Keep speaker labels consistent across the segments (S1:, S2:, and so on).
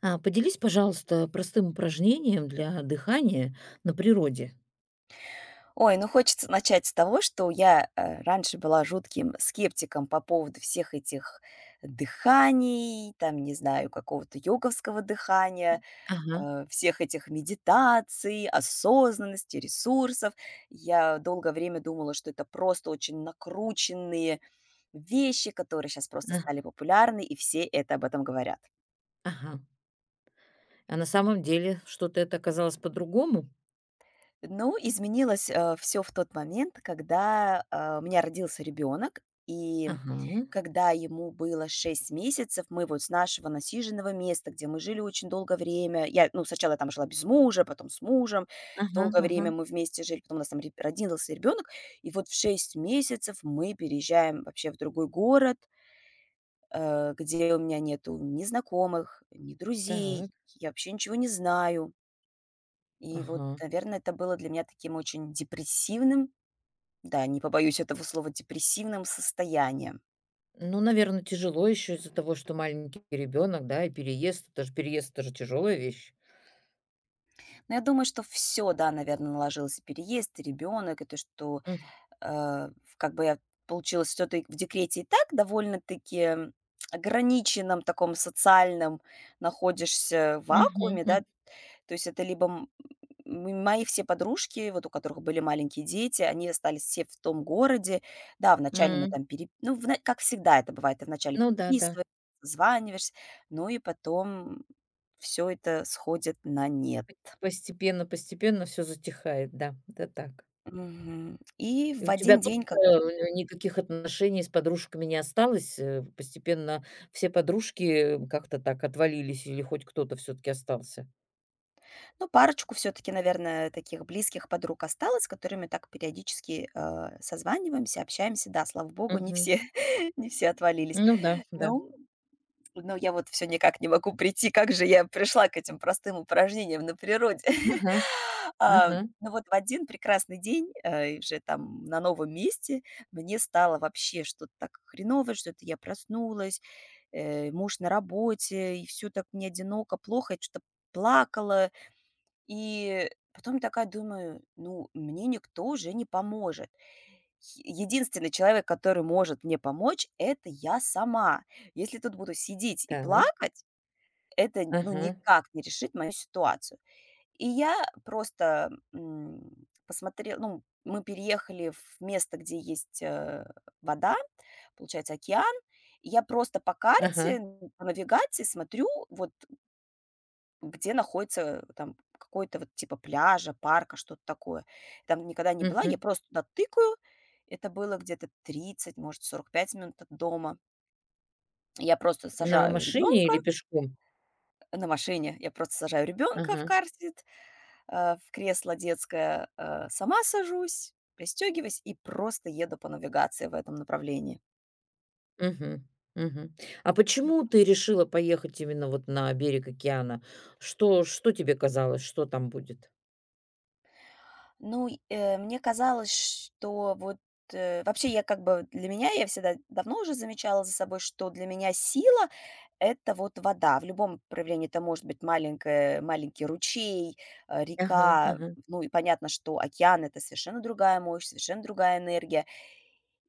S1: А, поделись, пожалуйста, простым упражнением для дыхания на природе.
S2: Ой, ну хочется начать с того, что я раньше была жутким скептиком по поводу всех этих дыханий, там, не знаю, какого-то йоговского дыхания,
S1: Ага.
S2: всех этих медитаций, осознанности, ресурсов. Я долгое время думала, что это просто очень накрученные вещи, которые сейчас просто стали
S1: А,
S2: популярны, и все это об этом говорят.
S1: ага. А на самом деле что-то это оказалось по-другому?
S2: Ну, изменилось, все в тот момент, когда, у меня родился ребенок и
S1: Ага.
S2: когда ему было 6 месяцев, мы вот с нашего насиженного места, где мы жили очень долгое время, я, ну, сначала я там жила без мужа, потом с мужем,
S1: Ага,
S2: долгое
S1: ага.
S2: время мы вместе жили, потом у нас там ре родился ребенок, и вот в 6 месяцев мы переезжаем вообще в другой город, где у меня нету ни знакомых, ни друзей,
S1: Так.
S2: я вообще ничего не знаю. И вот,
S1: Ага.
S2: наверное, это было для меня таким очень депрессивным, да, не побоюсь этого слова, депрессивным состоянием.
S1: Ну, наверное, тяжело еще из-за того, что маленький ребенок, да, и переезд. Это же переезд, это же тяжелая вещь.
S2: Но я думаю, что все, да, наверное, наложилось: и переезд, и ребёнок, и то, что,
S1: М,
S2: э, как бы я получилась все таки в декрете и так довольно-таки ограниченном таком социальном находишься
S1: мгм,
S2: вакууме, да.
S1: м,
S2: То есть это либо мои все подружки, вот у которых были маленькие дети, они остались все в том городе. Да, вначале мы
S1: м.
S2: там пере ну, в как всегда это бывает, ты вначале
S1: Ну да, да.
S2: переписываешься, созваниваешься, ну и потом все это сходит на нет.
S1: Постепенно, постепенно все затихает, да, это так.
S2: Мгм. И
S1: И
S2: в
S1: у тебя
S2: один
S1: тоже
S2: день как —
S1: никаких отношений с подружками не осталось? Постепенно все подружки как-то так отвалились или хоть кто-то все таки остался?
S2: ну, парочку все таки, наверное, таких близких подруг осталось, с которыми так периодически, созваниваемся, общаемся. Да, слава богу, не
S1: Мгм.
S2: все не все отвалились.
S1: Ну да, да.
S2: Ну Но я вот все никак не могу прийти, как же я пришла к этим простым упражнениям на природе.
S1: Ага,
S2: А,
S1: ага.
S2: ну вот в один прекрасный день, и уже там на новом месте мне стало вообще что-то так хреново, что-то я проснулась, муж на работе, и все так мне одиноко, плохо, я что-то плакала. И потом такая думаю: «Ну, мне никто уже не поможет, единственный человек, который может мне помочь — это я сама. Если тут буду сидеть и
S1: Так.
S2: плакать, это, ну,
S1: Ага,
S2: никак не решит мою ситуацию». И я просто, м, посмотре ну, мы переехали в место, где есть, вода, получается, океан. И я просто по
S1: ага.
S2: карте, по навигации смотрю, вот где находится там какой-то вот типа пляжа, парка, что-то такое. Там никогда не была, я
S1: Мгм.
S2: просто туда тыкаю. Это было где-то 30, может, 45 минут от дома. Я просто
S1: На
S2: сажаю
S1: машине или
S2: ребенка
S1: пешком?
S2: на машине, я просто сажаю ребенка в
S1: Ага.
S2: карсит, в кресло детское, сама сажусь, пристегиваюсь и просто еду по навигации в этом направлении.
S1: Мгм, мгм. А почему ты решила поехать именно вот на берег океана? Что тебе казалось, что там будет?
S2: Ну, и, мне казалось, что вот, вообще я как бы для меня, я всегда давно уже замечала за собой, что для меня сила — это вот вода в любом проявлении. Это может быть маленькая маленький ручей,
S1: Ага,
S2: река.
S1: ага.
S2: Ну и понятно, что океан — это совершенно другая мощь, совершенно другая энергия.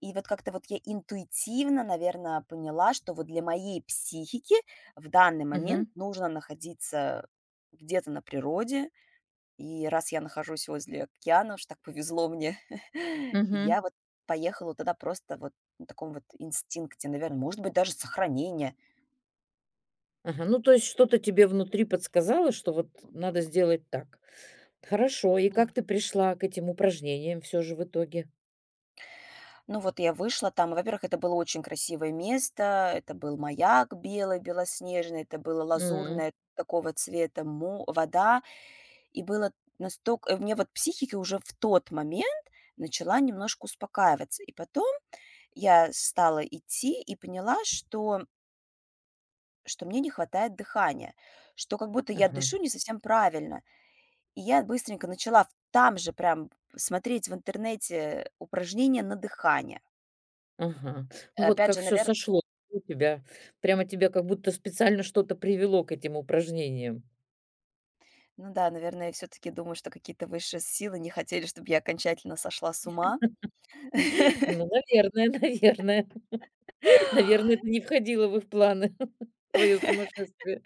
S2: И вот как-то вот я интуитивно, наверное, поняла, что вот для моей психики в данный
S1: Мгм.
S2: момент нужно находиться где-то на природе, и раз я нахожусь возле океана, уж так повезло мне, я вот поехала туда просто вот на таком вот инстинкте, наверное, может быть, даже сохранение.
S1: Ага, ну, то есть что-то тебе внутри подсказало, что вот надо сделать так. Хорошо, и как
S2: М.
S1: ты пришла к этим упражнениям все же в итоге?
S2: Ну вот я вышла там, и, во-первых, это было очень красивое место, это был маяк белый, белоснежный, это было
S1: М,
S2: лазурное такого цвета му вода, и было настолько, и мне вот психика уже в тот момент начала немножко успокаиваться. И потом я стала идти и поняла, что мне не хватает дыхания, что как будто я
S1: ага,
S2: дышу не совсем правильно. И я быстренько начала в там же прям смотреть в интернете упражнения на дыхание.
S1: ага. Ну, вот
S2: Опять
S1: как
S2: же,
S1: все
S2: навер
S1: сошло у тебя. Прямо тебя как будто специально что-то привело к этим упражнениям.
S2: ну да, наверное, я всё-таки думаю, что какие-то высшие силы не хотели, чтобы я окончательно сошла с ума.
S1: Ну, наверное, наверное. Наверное, это не входило в их планы, твое сумасшествие.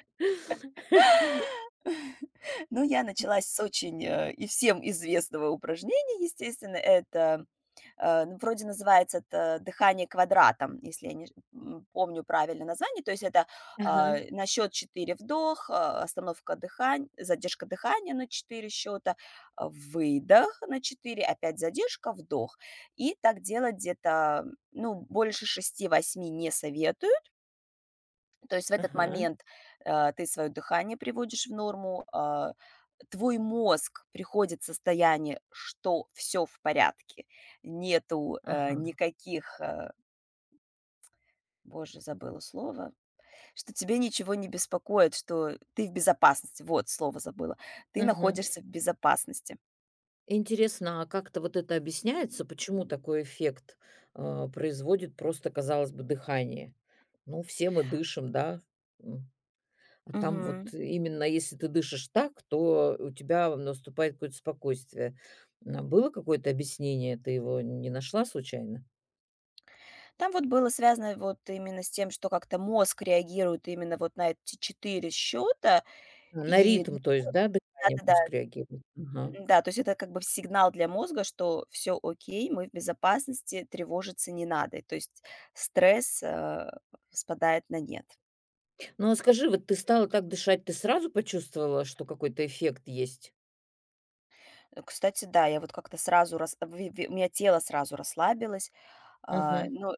S2: Ну, я началась с очень, и всем известного упражнения, естественно. Это, ну, вроде называется это «дыхание квадратом», если я не помню правильное название. То есть это,
S1: Ага,
S2: на счет 4 вдох, остановка дыхания, задержка дыхания на 4 счета, выдох на 4, опять задержка, вдох. И так делать где-то, ну, больше 6-8 не советую. То есть в этот
S1: ага,
S2: момент, ты свое дыхание приводишь в норму, твой мозг приходит в состояние, что все в порядке, нету,
S1: ага.
S2: никаких, боже, забыла слово, что тебе ничего не беспокоит, что ты в безопасности. Вот, слово забыла. Ты
S1: Мгм.
S2: находишься в безопасности.
S1: Интересно, а как-то вот это объясняется, почему такой эффект, производит просто, казалось бы, дыхание? Ну, все мы дышим, да? М. А там
S2: Мгм.
S1: вот именно если ты дышишь так, то у тебя наступает какое-то спокойствие. А, было какое-то объяснение? Ты его не нашла случайно?
S2: Там вот было связано вот именно с тем, что как-то мозг реагирует именно вот на эти 4 счета.
S1: А, на
S2: И
S1: ритм, то есть, да, дыхание
S2: да-да-да,
S1: мозг реагирует? Ага.
S2: да, то есть это как бы сигнал для мозга, что все окей, мы в безопасности, тревожиться не надо. И то есть стресс, спадает на нет.
S1: Ну, а скажи, вот ты стала так дышать, ты сразу почувствовала, что какой-то эффект есть?
S2: Кстати, да, я вот как-то сразу рас ви ви у меня тело сразу расслабилось. А,
S1: Угу.
S2: ну,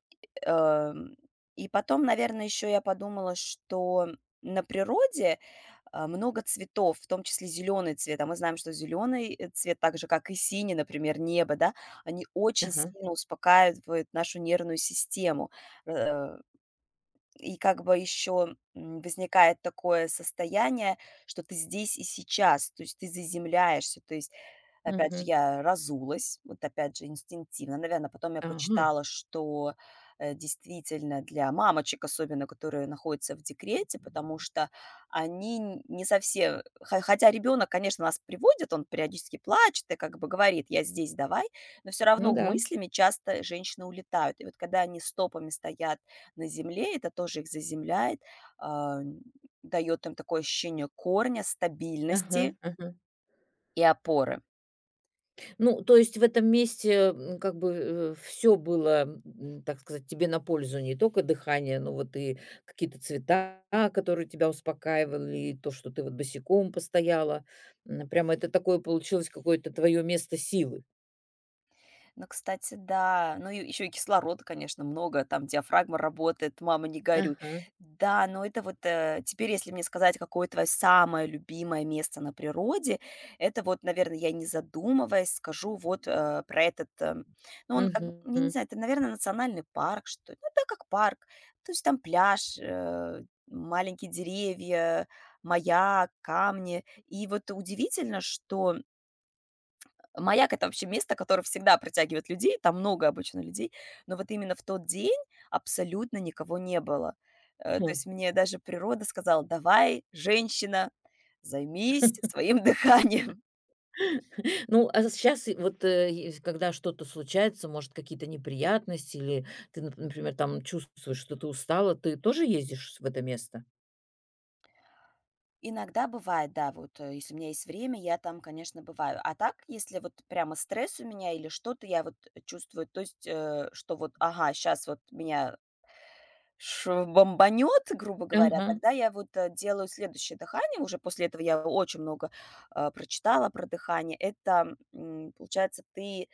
S2: эм, и потом, наверное, еще я подумала, что на природе, много цветов, в том числе зеленый цвет. А мы знаем, что зеленый, цвет, так же как и синий, например, небо, да, они очень
S1: Ага.
S2: сильно успокаивают нашу нервную систему. Э и как бы еще возникает такое состояние, что ты здесь и сейчас, то есть ты заземляешься. То есть, опять же,
S1: Угу.
S2: я разулась, вот опять же, инстинктивно. Наверное, потом я
S1: Ага.
S2: почитала, что, действительно для мамочек, особенно которые находятся в декрете, потому что они н не совсем хо хотя ребенок, конечно, нас приводит, он периодически плачет и как бы говорит: «Я здесь, давай», но все
S1: Ну
S2: равно
S1: да.
S2: мыслями часто женщины улетают. И вот когда они стопами стоят на земле, это тоже их заземляет, а, м, им такое ощущение корня,
S1: Ага,
S2: стабильности
S1: ага.
S2: и опоры.
S1: Ну, то есть в этом месте, как бы, все было, так сказать, тебе на пользу. Не только дыхание, но вот и какие-то цвета, которые тебя успокаивали, и то, что ты вот босиком постояла. Прямо это такое получилось какое-то твое место силы.
S2: Ну, кстати, да. Ну, и еще и кислорода, конечно, много, там диафрагма работает, мама, не горюй.
S1: Ага.
S2: Да, но это вот теперь, если мне сказать, какое твое самое любимое место на природе, это вот, наверное, я не задумываясь скажу вот про этот, ну, он как бы, я не
S1: Мгм.
S2: знаю, это, наверное, национальный парк, что ли. Ну, да, как парк. То есть там пляж, маленькие деревья, маяк, камни. И вот удивительно, что маяк — это вообще место, которое всегда притягивает людей, там много обычно людей, но вот именно в тот день абсолютно никого не было. То
S1: Хм.
S2: есть мне даже природа сказала: «Давай, женщина, займись своим дыханием».
S1: Ну, а сейчас вот, ес когда что-то случается, может, какие-то неприятности или ты, например, там чувствуешь, что ты устала, ты тоже ездишь в это место?
S2: Иногда бывает, да, вот, если у меня есть время, я там, конечно, бываю. А так, если вот прямо стресс у меня или что-то, я вот чувствую, то есть, что вот, ага, сейчас вот меня Ш бомбанет, грубо говоря,
S1: Ага.
S2: тогда я вот, делаю следующее дыхание. Уже после этого я очень много, прочитала про дыхание. Это, получается, ты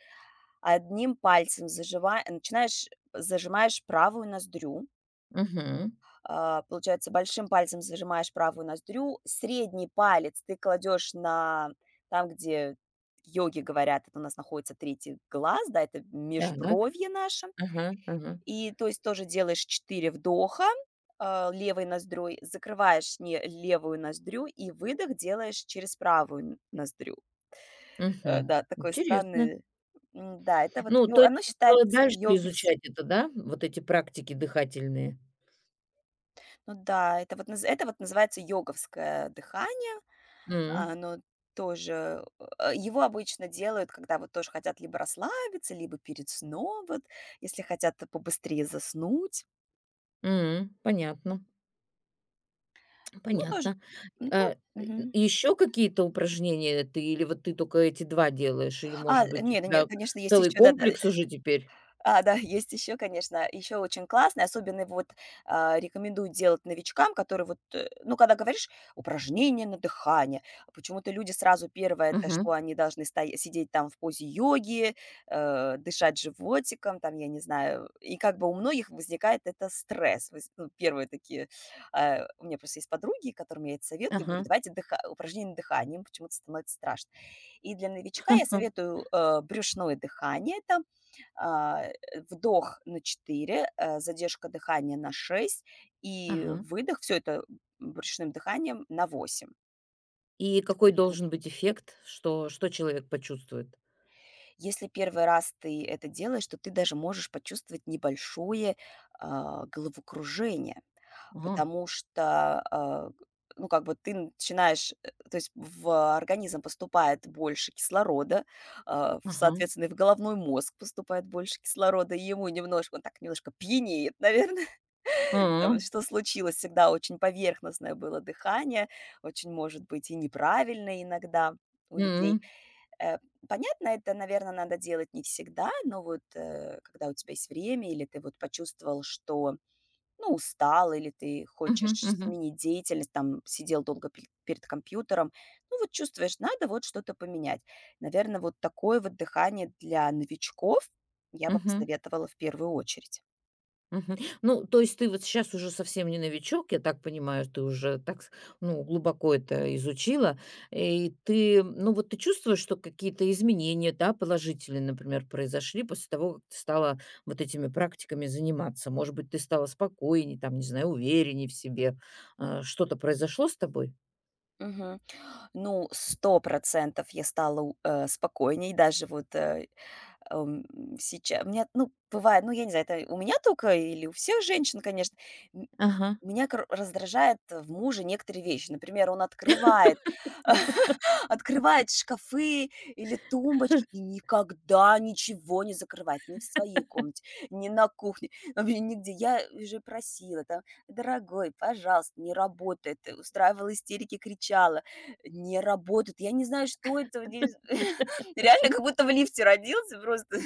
S2: одним пальцем зажива начинаешь зажимаешь правую ноздрю.
S1: Мгм.
S2: Получается, большим пальцем зажимаешь правую ноздрю, средний палец ты кладешь на там, где йоги говорят, это у нас находится третий глаз, да, это
S1: Так.
S2: межбровье наше.
S1: Ага, ага.
S2: И, то есть, тоже делаешь 4 вдоха, левой ноздрой, закрываешь не левую ноздрю и выдох делаешь через правую н ноздрю.
S1: Мгм.
S2: Да, такой
S1: Интересно.
S2: странный, да, это вот
S1: Ну,
S2: йо
S1: то есть
S2: оно
S1: ты стала
S2: считается
S1: дальше
S2: йогис
S1: изучать это, да? Вот эти практики дыхательные.
S2: ну да, это вот называется йоговское дыхание.
S1: М,
S2: Оно тоже, его обычно делают, когда вот тоже хотят либо расслабиться, либо перед сном, вот, если хотят побыстрее заснуть.
S1: м, понятно,
S2: Ну, тоже,
S1: понятно.
S2: ну,
S1: А,
S2: мгм.
S1: еще какие-то упражнения ты или вот ты только эти 2 делаешь? Или, может быть, у
S2: Нет, нет,
S1: тебя
S2: конечно, есть
S1: целый
S2: еще, да-да,
S1: комплекс уже теперь?
S2: да, есть еще, конечно, еще очень классный, особенно его вот, рекомендую делать новичкам, которые вот, ну, когда говоришь упражнение на дыхание, а почему-то люди сразу первое, это что
S1: Мгм.
S2: они должны сидеть там в позе йоги, дышать животиком, там, я не знаю, и как бы у многих возникает это стресс. Ну, первые такие, у меня просто есть подруги, которым я это советую, говорю,
S1: Ага.
S2: давайте упражнение на дыхание, им почему-то становится страшно. И для новичка я советую брюшное дыхание, это а, вдох на 4, задержка дыхания на 6 и
S1: Ага.
S2: выдох, все это, брюшным дыханием на 8.
S1: И
S2: То
S1: какой
S2: есть вот
S1: должен быть эффект? Что человек почувствует?
S2: если первый раз ты это делаешь, то ты даже можешь почувствовать небольшое, головокружение,
S1: А,
S2: потому что, ну, как бы ты начинаешь, то есть в организм поступает больше кислорода, а, в
S1: ага.
S2: соответственно, и в головной мозг поступает больше кислорода, и ему немножко он так немножко пьянеет, наверное.
S1: А.
S2: Там что случилось, всегда очень поверхностное было дыхание, очень, может быть, и неправильное иногда у людей.
S1: М.
S2: Э, Понятно, это, наверное, надо делать не всегда, но вот, когда у тебя есть время или ты вот почувствовал, что, ну, устал или ты хочешь
S1: Мгм, мгм,
S2: сменить деятельность, там, сидел долго пель перед компьютером, ну, вот чувствуешь, надо вот что-то поменять. Наверное, вот такое вот дыхание для новичков я бы
S1: мгм.
S2: посоветовала в первую очередь.
S1: Мгм. Ну, то есть ты вот сейчас уже совсем не новичок, я так понимаю, ты уже так, ну, глубоко это изучила, и ты, ну, вот ты чувствуешь, что какие-то изменения, да, положительные, например, произошли после того, как ты стала вот этими практиками заниматься? Может быть, ты стала спокойнее, там, не знаю, увереннее в себе. А, что-то произошло с тобой?
S2: Ну, 100% я стала спокойней. Даже вот, сейчас у меня, ну, бывает, ну, я не знаю, это у меня только или у всех женщин, конечно,
S1: Ага.
S2: меня кор раздражает в муже некоторые вещи. Например, он открывает открывает шкафы или тумбочки и никогда ничего не закрывает ни в своей комнате, ни на кухне, вообще нигде. Я уже просила там: «Дорогой, пожалуйста, не работает». Устраивала истерики, кричала: «Не работает». Я не знаю, что это. Реально, как будто в лифте родился просто.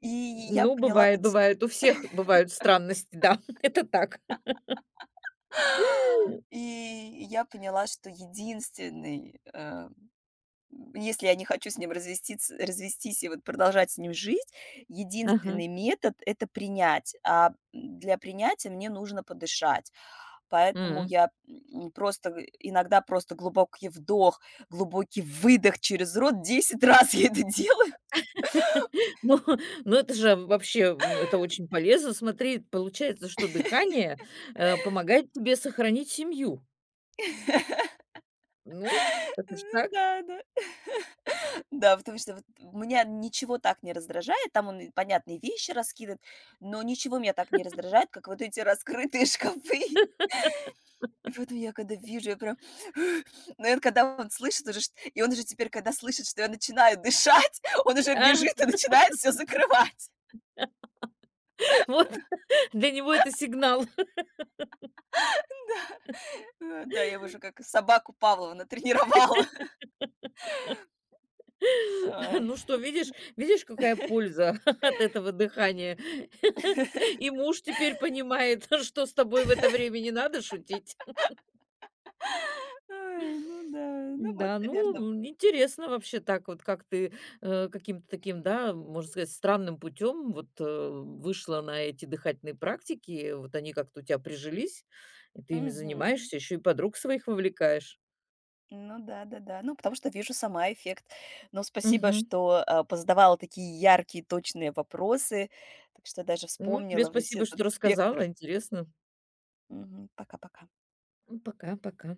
S2: И я
S1: Ну,
S2: поняла
S1: бывает,
S2: вот
S1: бывает. У всех бывают странности, да. Это так.
S2: И я поняла, что единственный, если я не хочу с ним развестись, развестись и вот продолжать с ним жить,
S1: Ага.
S2: единственный метод — это принять. А для принятия мне нужно подышать. Поэтому
S1: М.
S2: я, иногда просто глубокий вдох, глубокий выдох через рот, 10 раз я это делаю.
S1: Ну ну, это же вообще, это очень полезно. Смотри, получается, что дыхание, помогает тебе сохранить семью. Ну, это ж
S2: Ну
S1: так.
S2: да, да. Да, потому что вот меня ничего так не раздражает. Там он и понятные вещи раскидывает, но ничего меня так не раздражает, как вот эти раскрытые шкафы. И поэтому я когда вижу, я прям — но это когда он слышит уже, и он уже теперь, когда слышит, что я начинаю дышать, он уже
S1: А,
S2: бежит и начинает все закрывать.
S1: вот для него это сигнал.
S2: Да, я уже как собаку Павлова натренировала. Ой.
S1: Ну что, видишь видишь, какая польза от этого дыхания? И муж теперь понимает, что с тобой в это время не надо шутить.
S2: Ой, ну да, ну вот,
S1: Да, ну, интересно вообще так вот, как ты, каким-то таким, да, можно сказать, странным путем вот, вышла на эти дыхательные практики. Вот они как-то у тебя прижились, и ты ими
S2: наверное.
S1: занимаешься, еще и подруг своих вовлекаешь.
S2: Ну да-да-да. Ну, потому что вижу сама эффект. Но спасибо,
S1: Мгм.
S2: что, позадавала такие яркие, точные вопросы. Так что даже
S1: Ну, тебе
S2: вспомнила весь
S1: спасибо,
S2: этот
S1: что
S2: спектр.
S1: рассказала, интересно.
S2: Мгм. Пока-пока.
S1: М, пока, пока.